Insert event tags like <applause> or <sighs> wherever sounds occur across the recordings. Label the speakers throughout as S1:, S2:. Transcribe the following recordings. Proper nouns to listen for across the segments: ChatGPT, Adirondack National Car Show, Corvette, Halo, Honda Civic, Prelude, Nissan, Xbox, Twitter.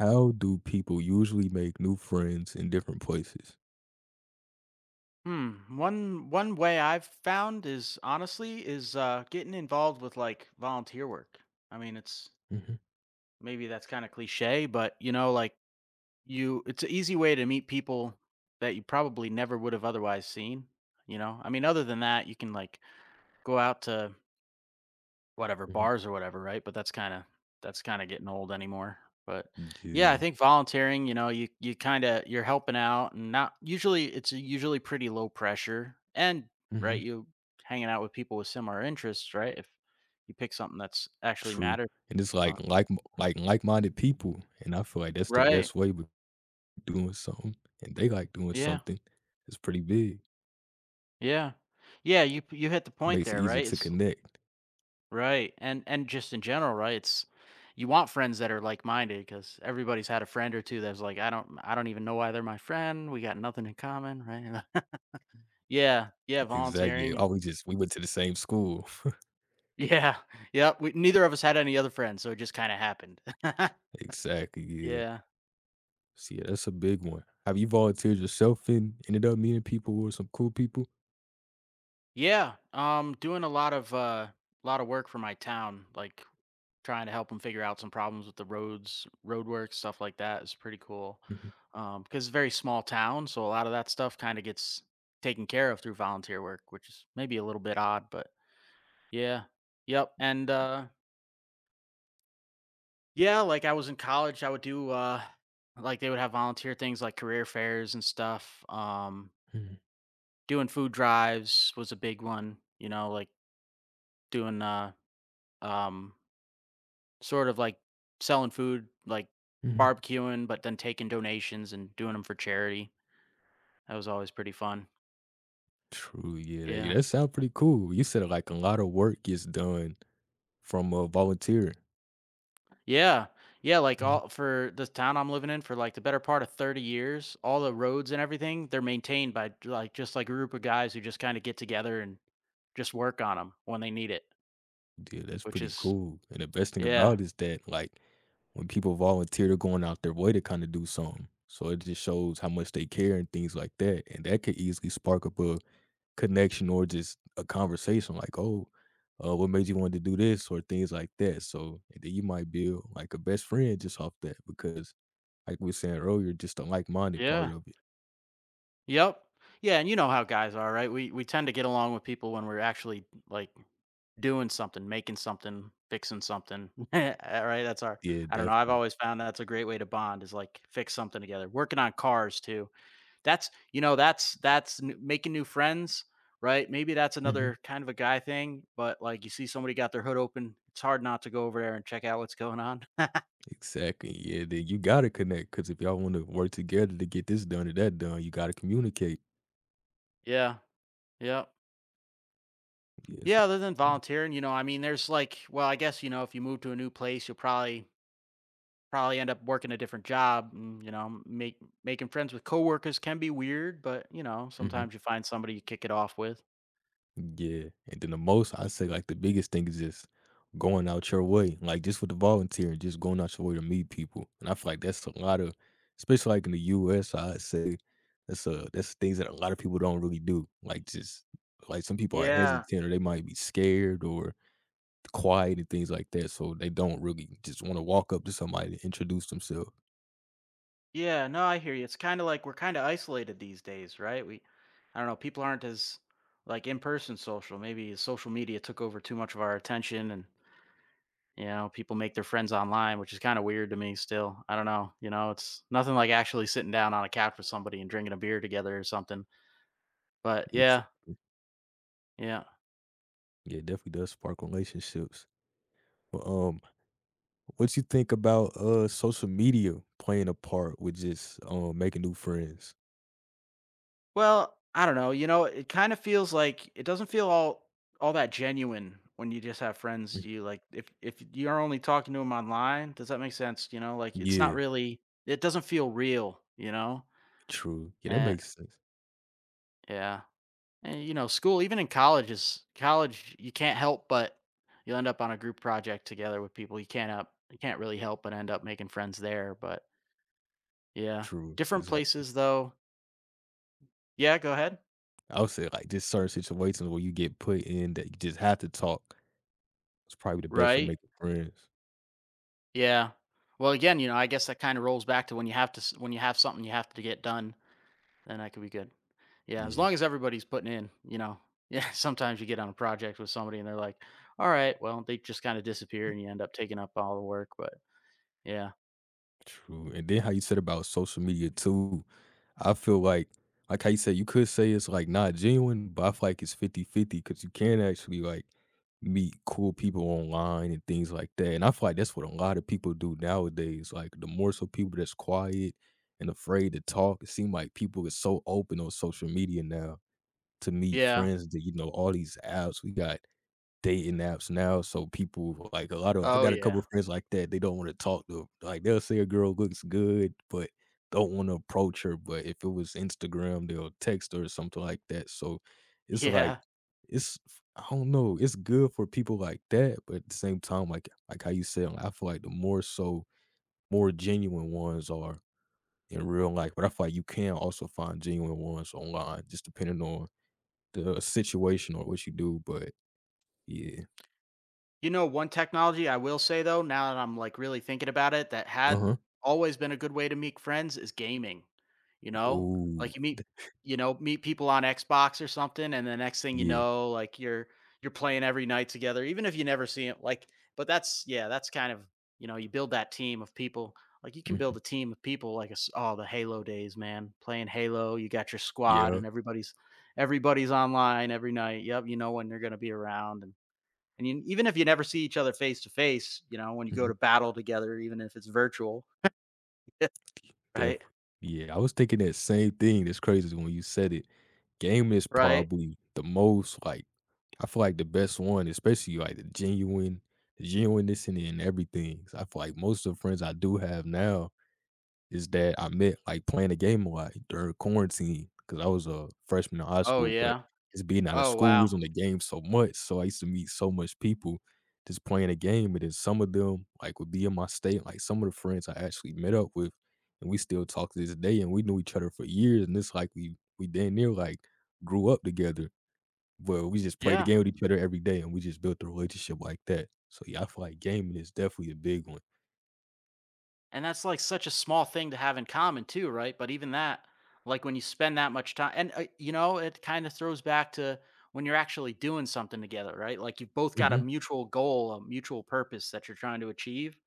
S1: How do people usually make new friends in different places?
S2: Hmm. One way I've found is honestly is getting involved with like volunteer work. I mean, it's
S1: Mhm,
S2: maybe that's kind of cliche, but you know, like it's an easy way to meet people that you probably never would have otherwise seen. You know, I mean, other than that, you can like go out to whatever,
S1: mhm.
S2: bars or whatever, right? But that's kinda getting old anymore. But, yeah,
S1: Yeah.
S2: I think volunteering, you know, you're helping out and not usually it's usually pretty low pressure and, right,
S1: Mhm.
S2: you hanging out with people with similar interests, right? If you pick something that's actually
S1: True.
S2: matters.
S1: And it's
S2: So
S1: like like-minded people, and I feel like that's the
S2: right.
S1: best way with doing something, and they like doing
S2: Yeah,
S1: something. It's pretty big.
S2: yeah. Yeah, you hit the point
S1: Makes it
S2: there,
S1: easier
S2: right?
S1: to
S2: It's
S1: connect.
S2: Right, and just in general, right? It's you want friends that are like-minded minded, because everybody's had a friend or 2 that's like, "I don't even know why they're my friend. We got nothing in common," right? <laughs> Yeah, yeah,
S1: Exactly, yeah.
S2: volunteering
S1: Oh,
S2: and
S1: we just we went to the same school. <laughs>
S2: yeah, <laughs> yep, we neither of us had any other friends, so it just kinda happened. <laughs>
S1: Exactly, yeah.
S2: Yeah.
S1: So, yeah, that's a big one. Have you volunteered yourself and ended up meeting people who some cool people?
S2: Yeah, doing a lot of lot of work for my town, like trying to help them figure out some problems with the roads, roadwork, stuff like that is pretty cool.
S1: Mhm,
S2: Because it's a very small town, so a lot of that stuff kind of gets taken care of through volunteer work, which is maybe a little bit odd, but yeah. Yep. And yeah, like I was in college, I would do like they would have volunteer things like career fairs and stuff.
S1: mhm,
S2: Doing food drives was a big one, you know, like doing um sort of like selling food, like
S1: mhm.
S2: barbecuing, but then taking donations and doing them for charity. That was always pretty fun.
S1: True, yeah, that yeah,
S2: Yeah.
S1: that sound pretty cool. You said, like, a lot of work gets done from, volunteering.
S2: Yeah. Yeah, like
S1: Mhm.
S2: all for the town I'm living in for like the better part of 30 years, all the roads and everything, they're maintained by like just like a group of guys who just kind of get together and just work on them when they need it,
S1: Yeah, that's
S2: which
S1: pretty
S2: is
S1: cool, and the best thing
S2: yeah.
S1: about it is that, like, when people volunteer, they're going out their way to kinda do something, so it just shows how much they care and things like that, and that could easily spark up a connection or just a conversation like, "Oh, what made you want to do this?" or things like that, so and then you might build, like, a best friend just off that because, like we were saying earlier, just the like-minded
S2: Yeah.
S1: part of it.
S2: Yep. Yeah, and you know how guys are, right? We tend to get along with people when we're actually like doing something, making something, fixing something, <laughs> all right? That's our
S1: Yeah,
S2: I don't know, I've
S1: definitely.
S2: always found that's a great way to bond is, like, fix something together. Working on cars too. That's you know, that's n making new friends, right? Maybe that's
S1: Mhm.
S2: another kind of a guy thing, but, like, you see somebody got their hood open, it's hard not to go over there and check out what's going on. <laughs>
S1: Exactly. Yeah, then you gotta connect because if y'all want to work together to get this done or that done, you gotta communicate.
S2: Yeah, yeah.
S1: Yeah. So,
S2: Yeah, other than volunteering, you know, I mean, there's, like well, I guess, you know, if you move to a new place, you'll probably end up working a different job. And, you know, make making friends with coworkers can be weird, but you know,
S1: hmm.
S2: sometimes you find somebody you kick it off with.
S1: Yeah. And then the most I say, like the biggest thing is just going out your way, like just with the volunteering, just going out your way to meet people. And I feel like that's a lot of, especially like in the U.S., I say that's things that a lot of people don't really do. Like just like some people are
S2: Yeah.
S1: hesitant or they might be scared or quiet and things like that, so they don't really just want to walk up to somebody and introduce themselves.
S2: Yeah, no, I hear you. It's kind of like we're kind of isolated these days, right? We I don't know, people aren't as like in-person social. Maybe social media took over too much of our attention and you know, people make their friends online, which is kind of weird to me still. I don't know, you know, it's nothing like actually sitting down on a couch with somebody and drinking a beer together or something. But
S1: It's,
S2: yeah, yeah.
S1: yeah, it definitely does spark relationships. But what you think about social media playing a part with just making new friends?
S2: Well, I don't know, you know, it kinda feels like it doesn't feel all that genuine when you just have friends
S1: Mm.
S2: you like if you're only talking to them online, does that make sense, you know? Like, it's not
S1: Yeah,
S2: really it doesn't feel real, you know?
S1: true. Yeah, that
S2: And
S1: makes sense.
S2: yeah, and, you know, school even in college is college, you can't help but you'll end up on a group project together with people you can't really help but end up making friends there, but yeah.
S1: True,
S2: Different
S1: because like
S2: places, though yeah, go ahead.
S1: I would say, like just certain situations where you get put in that you just have to talk. It's probably the best for
S2: Right.
S1: making friends.
S2: Yeah. Well, again, you know, I guess that kind of rolls back to when you have to s- when you have something you have to get done, then that could be good. Yeah, as
S1: Yeah.
S2: long as everybody's putting in, you know. Yeah, <laughs> sometimes you get on a project with somebody and they're like, "All right, well, they just kind of disappear and you end up taking up all the work." But yeah.
S1: True. And then how you said about social media too, I feel like how you said you could say it's like not genuine, but I feel like it's 50/50 because you can actually like meet cool people online and things like that. And I feel like that's what a lot of people do nowadays. Like the more so people that's quiet and afraid to talk, it seems like people is so open on social media now to meet
S2: Yeah.
S1: friends that you know all these apps. We got dating apps now, so people like a lot of I
S2: Oh
S1: got a couple
S2: yeah.
S1: of friends like that, they don't wanna talk to like, they'll say a girl looks good, but don't wanna approach her, but if it was Instagram, they'll text her or something like that, so
S2: <laughs>
S1: it's like
S2: Yeah.
S1: it's. I don't know, it's good for people like that, but at the same time, like how you said, like, I feel like the more so more genuine ones are in real life, but I feel like you can also find genuine ones online just depending on the situation or what you do, but yeah.
S2: You know, one technology I will say though, now that I'm like really thinking about it, that had
S1: Uh-huh.
S2: always been a good way to meet friends is gaming. You know, like
S1: Oh th,
S2: you know, meet people on Xbox or something, and the next thing you
S1: yeah,
S2: know, like you're playing every night together, even if you never see it. Like, but that's yeah, that's kind of you know, you build that team of people. Like you can build
S1: mhm,
S2: a team of people, like it's all the Halo days, man. Playing Halo, you got your squad,
S1: yeah,
S2: and everybody's online every night. Yep, you know when they're gonna be around, and you, even if you never see each other face to face, you know, when you go
S1: mhm,
S2: to battle together, even if it's virtual, <laughs> right?
S1: definitely. Yeah, I was thinking that same thing, that's crazy when you said it. Game is
S2: Right?
S1: probably the most, like I feel like the best one, especially, like, the genuine the genuineness in it and everything, 'cause I feel like most of the friends I do have now is that I met, like, playing the game a lot during quarantine because I was a freshman in high
S2: Oh
S1: school, but
S2: yeah.
S1: just being out of
S2: Oh
S1: school, we
S2: wow.
S1: was on the game so much, so I used to meet so much people just playing the game, and then some of them, like, would be in my state, like, some of the friends I actually met up with, and we still talk to this day, and we knew each other for years, and it's like we damn near, like, grew up together, but we just played the
S2: Yeah.
S1: game with each other every day, and we just built a relationship like that. So, yeah, I feel like gaming is definitely a big one.
S2: And that's like such a small thing to have in common too, right? But even that, like when you spend that much time, and you know, it kind of throws back to when you're actually doing something together, right? Like you've both got a
S1: Mhm.
S2: mutual goal, a mutual purpose that you're trying to achieve.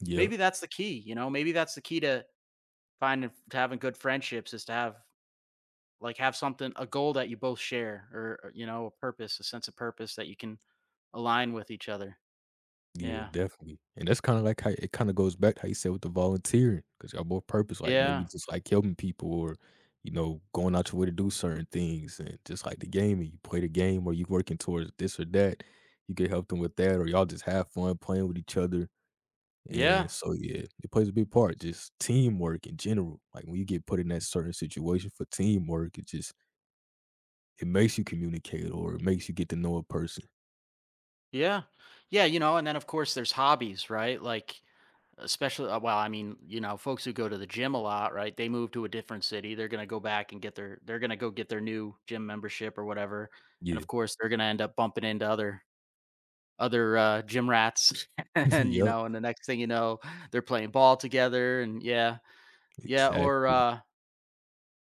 S1: Yeah.
S2: Maybe that's the key, you know. Maybe that's the key to finding to having good friendships is to have like have something a goal that you both share or, you know, a purpose, a sense of purpose that you can align with each other.
S1: Yeah,
S2: Yeah.
S1: definitely, and that's kinda like how it kinda goes back to how you said with the volunteering because 'cause y'all both purpose, like, maybe
S2: Yeah.
S1: just, like, helping people or, you know, going out your way to do certain things, and just like the gaming, you play the game or you working towards this or that, you can help them with that, or y'all just have fun playing with each other,
S2: Yeah.
S1: and so, yeah, it plays a big part, just teamwork in general, like, when you get put in that certain situation for teamwork, it just it makes you communicate or it makes you get to know a person.
S2: Yeah. Yeah, you know, and then of course there's hobbies, right? Like especially well, I mean, you know, folks who go to the gym a lot, right? They move to a different city, they're going to go get their new gym membership or whatever. And
S1: Yeah.
S2: of course, they're going to end up bumping into other gym rats <laughs>
S1: <laughs>
S2: and you
S1: Yep,
S2: know, and the next thing you know, they're playing ball together and yeah. Yeah, or
S1: exactly.
S2: uh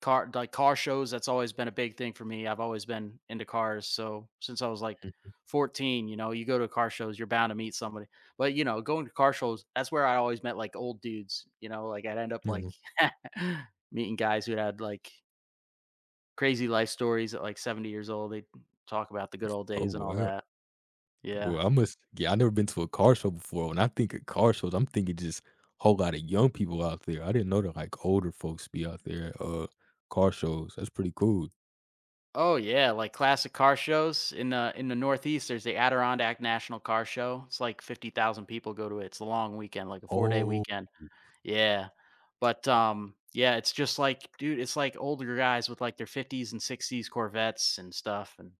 S2: car shows that's always been a big thing for me. I've always been into cars so since I was like 14. You know, you go to car shows, you're bound to meet somebody, but you know, going to car shows, that's where I always met like old dudes. You know, like I'd end up like
S1: Mhm.
S2: <laughs> meeting guys who had like crazy life stories at like 70 years old. They talk about the good old
S1: Oh,
S2: days and all
S1: wow.
S2: that. Yeah.
S1: Well, I must Yeah, I never been to a car show before. When I think of car shows, I'm thinking just whole lot of young people out there. I didn't know that like older folks be out there at car shows. That's pretty cool.
S2: Oh yeah, like classic car shows in the northeast there's the Adirondack National Car Show. It's like 50,000 people go to it. It's a long weekend, like a 4 day
S1: Oh,
S2: weekend. Yeah. But yeah, it's just like dude, it's like older guys with like their 50s and 60s Corvettes and stuff and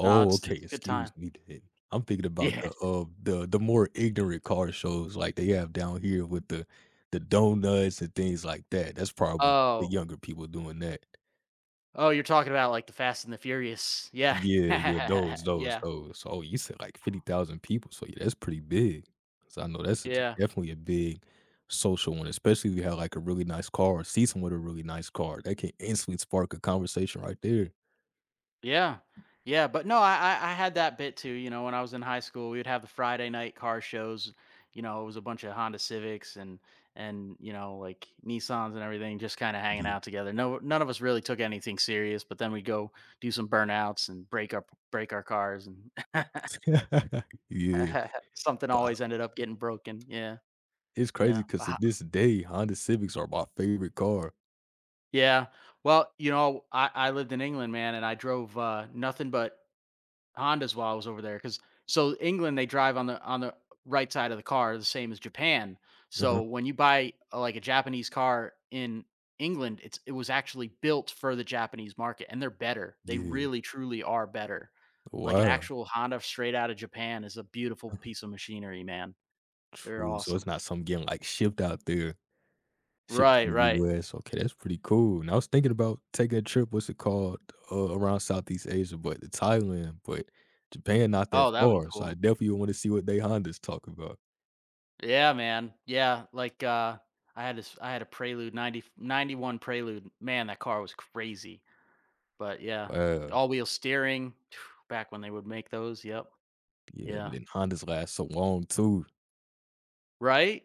S2: no, it's
S1: okay.
S2: it's a good
S1: Excuse
S2: time.
S1: me then. I'm thinking about
S2: Yeah.
S1: the the more ignorant car shows like they have down here with the donuts and things like that. That's probably the
S2: Oh.
S1: younger people doing that.
S2: Oh, you're talking about like the Fast and the Furious. Yeah.
S1: Yeah, yeah, those,
S2: <laughs>
S1: those,
S2: Yeah.
S1: those. Oh, you said like 50,000 people, so yeah, that's pretty big. 'Cause I know that's a
S2: Yeah.
S1: definitely a big social one, especially if you have like a really nice car or see someone with a really nice car. That can instantly spark a conversation right there.
S2: Yeah. Yeah, but no, I had that bit too, you know, when I was in high school, we would have the Friday night car shows, you know, it was a bunch of Honda Civics and you know, like Nissans and everything just kind of hanging
S1: Yeah.
S2: out together. No, none of us really took anything serious, but then we go do some burnouts and break our cars and
S1: <laughs> Yeah,
S2: <laughs> something
S1: but I
S2: always ended up getting broken. Yeah.
S1: it's crazy
S2: Yeah.
S1: because to this day, Honda Civics are my favorite car.
S2: Yeah. Well, you know, I lived in England, man, and I drove nothing but Hondas while I was over there, because so England, they drive on the right side of the car the same as Japan.
S1: Uh-huh.
S2: So when you buy, like, a Japanese car in England, it was actually built for the Japanese market, and they're better. They
S1: Yeah.
S2: really, truly are better. Like, an
S1: Wow. <laughs>
S2: actual Honda straight out of Japan is a beautiful
S1: Uh-huh.
S2: piece of machinery, man. They're
S1: True, so it's
S2: awesome.
S1: not something getting like shipped out there. Shipped to
S2: Right,
S1: the
S2: right.
S1: US. Okay, that's pretty cool. And I was thinking about taking a trip, what's it called, around Southeast Asia, but to Thailand, but Japan not that
S2: Oh, that'd be
S1: far, so I
S2: cool.
S1: definitely want to see what they Hondas talk about.
S2: Yeah, man. Yeah, like, I had a Prelude, 90 91 Prelude. Man, that car was crazy. But yeah,
S1: Wow.
S2: all-wheel steering, <sighs> back when they would make those, yep.
S1: Yeah, but
S2: Yeah,
S1: then Hondas last so long too.
S2: right?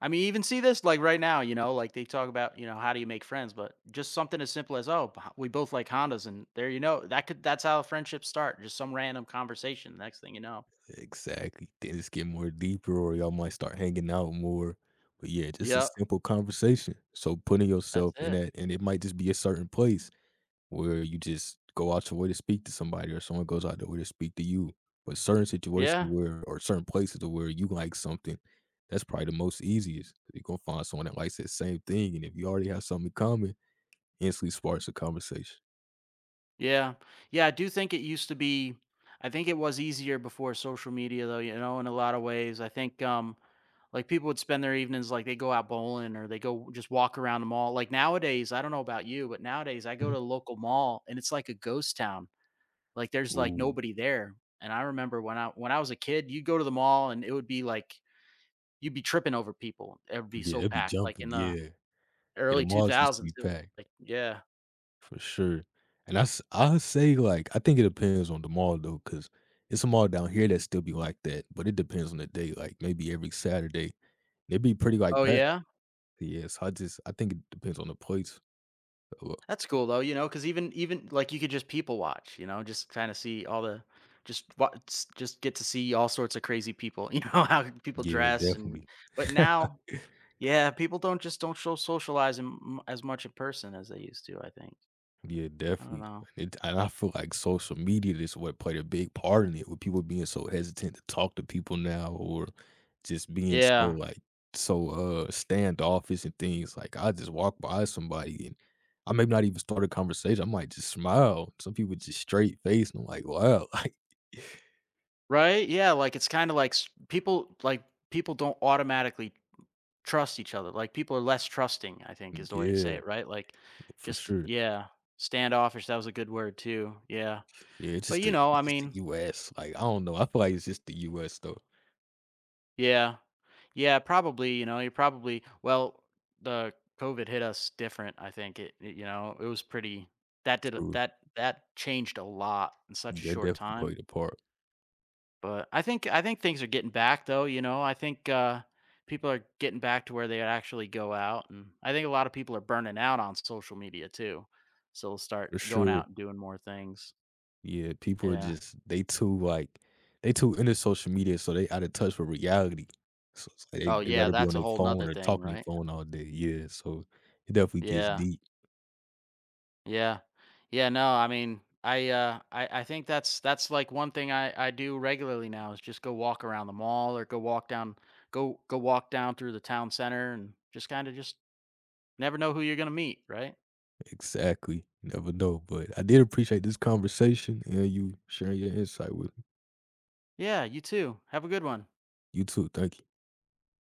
S2: I mean, even see this, like, right now, you know, like, they talk about, you know, how do you make friends, but just something as simple as, "Oh, b we both like Hondas," and there you know, that's how friendships start, just some random conversation, next thing you know.
S1: Exactly. Then it's getting more deeper or y'all might start hanging out more. But yeah, just a
S2: Yep,
S1: simple conversation. So putting
S2: that's
S1: yourself in
S2: it.
S1: that and it might just be a certain place where you just go out your way to speak to somebody or someone goes out their way to speak to you. But certain situations
S2: Yeah.
S1: where or certain places to where you like something, that's probably the most easiest. You're gonna find someone that likes that same thing. And if you already have something in common, instantly sparks a conversation. <laughs>
S2: Yeah. Yeah, I do think it used to be I think it was easier before social media though, you know, in a lot of ways. I think like people would spend their evenings like they go out bowling or they go just walk around the mall. Like nowadays, I don't know about you, but nowadays I go
S1: Mhm.
S2: to the local mall and it's like a ghost town. Like there's like
S1: Ooh.
S2: nobody there. And I remember when I was a kid, you'd go to the mall and it would be like you'd be tripping over people. It would be
S1: Yeah,
S2: so
S1: it'd be
S2: packed. Like in
S1: jumping.
S2: the
S1: Yeah. Yeah, the
S2: early
S1: malls used to
S2: 2000s.
S1: be
S2: It was
S1: packed
S2: like yeah.
S1: for sure. And I say like I think it depends on the mall though, because it's a mall down here that still be like that, but it depends on the day. Like maybe every Saturday, they be pretty like
S2: Oh
S1: packed.
S2: yeah.
S1: Yes, I just I think it depends on the place. Uh,
S2: That's cool though, you know, because even even like you could just people watch, you know, just get to see all sorts of crazy people, you know, <laughs> how people
S1: yeah,
S2: dress and.
S1: definitely.
S2: But
S1: <laughs>
S2: now, yeah, people don't show socialize as much in person as they used to. I think
S1: Yeah,
S2: I don't
S1: definitely.
S2: know.
S1: And, it, and I feel like social media is what played a big part in it, with people being so hesitant to talk to people now, or just being so
S2: Yeah.
S1: like so standoffish and things. Like I just walk by somebody and I may not even start a conversation. I might just smile. Some people just straight face, and I'm like, wow, <laughs> like
S2: Right. Yeah. Like it's kind of like people like people don't automatically trust each other. Like people are less trusting. I think is the way to say
S1: yeah,
S2: it. Right. Like,
S1: for
S2: just
S1: sure.
S2: yeah, standoffish. That was a good word too. Yeah.
S1: Yeah,
S2: But you know, I
S1: it's just the
S2: mean,
S1: US, like, I don't know, I feel like it's just the US though.
S2: yeah. Yeah, probably, you know, you probably well, the COVID hit us different, I think. It you know, it was pretty that
S1: True.
S2: that changed a lot in such a
S1: That
S2: short
S1: definitely
S2: time.
S1: played a part,
S2: But I think things are getting back though, you know. I think people are getting back to where they actually go out and I think a lot of people are burning out on social media too. So they'll start
S1: for
S2: going
S1: sure.
S2: out and doing more things.
S1: Yeah, people are
S2: Yeah.
S1: just they too, like they too into social media, so they out of touch with reality. So it's like
S2: Oh
S1: they
S2: yeah,
S1: rather be
S2: that's
S1: on
S2: a
S1: their
S2: whole nother
S1: phone or
S2: thing,
S1: talking their
S2: right?
S1: phone all day, yeah, so it definitely gets
S2: Yeah.
S1: deep.
S2: Yeah. Yeah, no, I mean, I think that's like one thing I do regularly now is just go walk around the mall or go walk down through the town center and just kind of just never know who you're going to meet, right?
S1: Exactly, you never know, but I did appreciate this conversation and you sharing your insight with me.
S2: Yeah, you too. Have a good one.
S1: You too, thank you.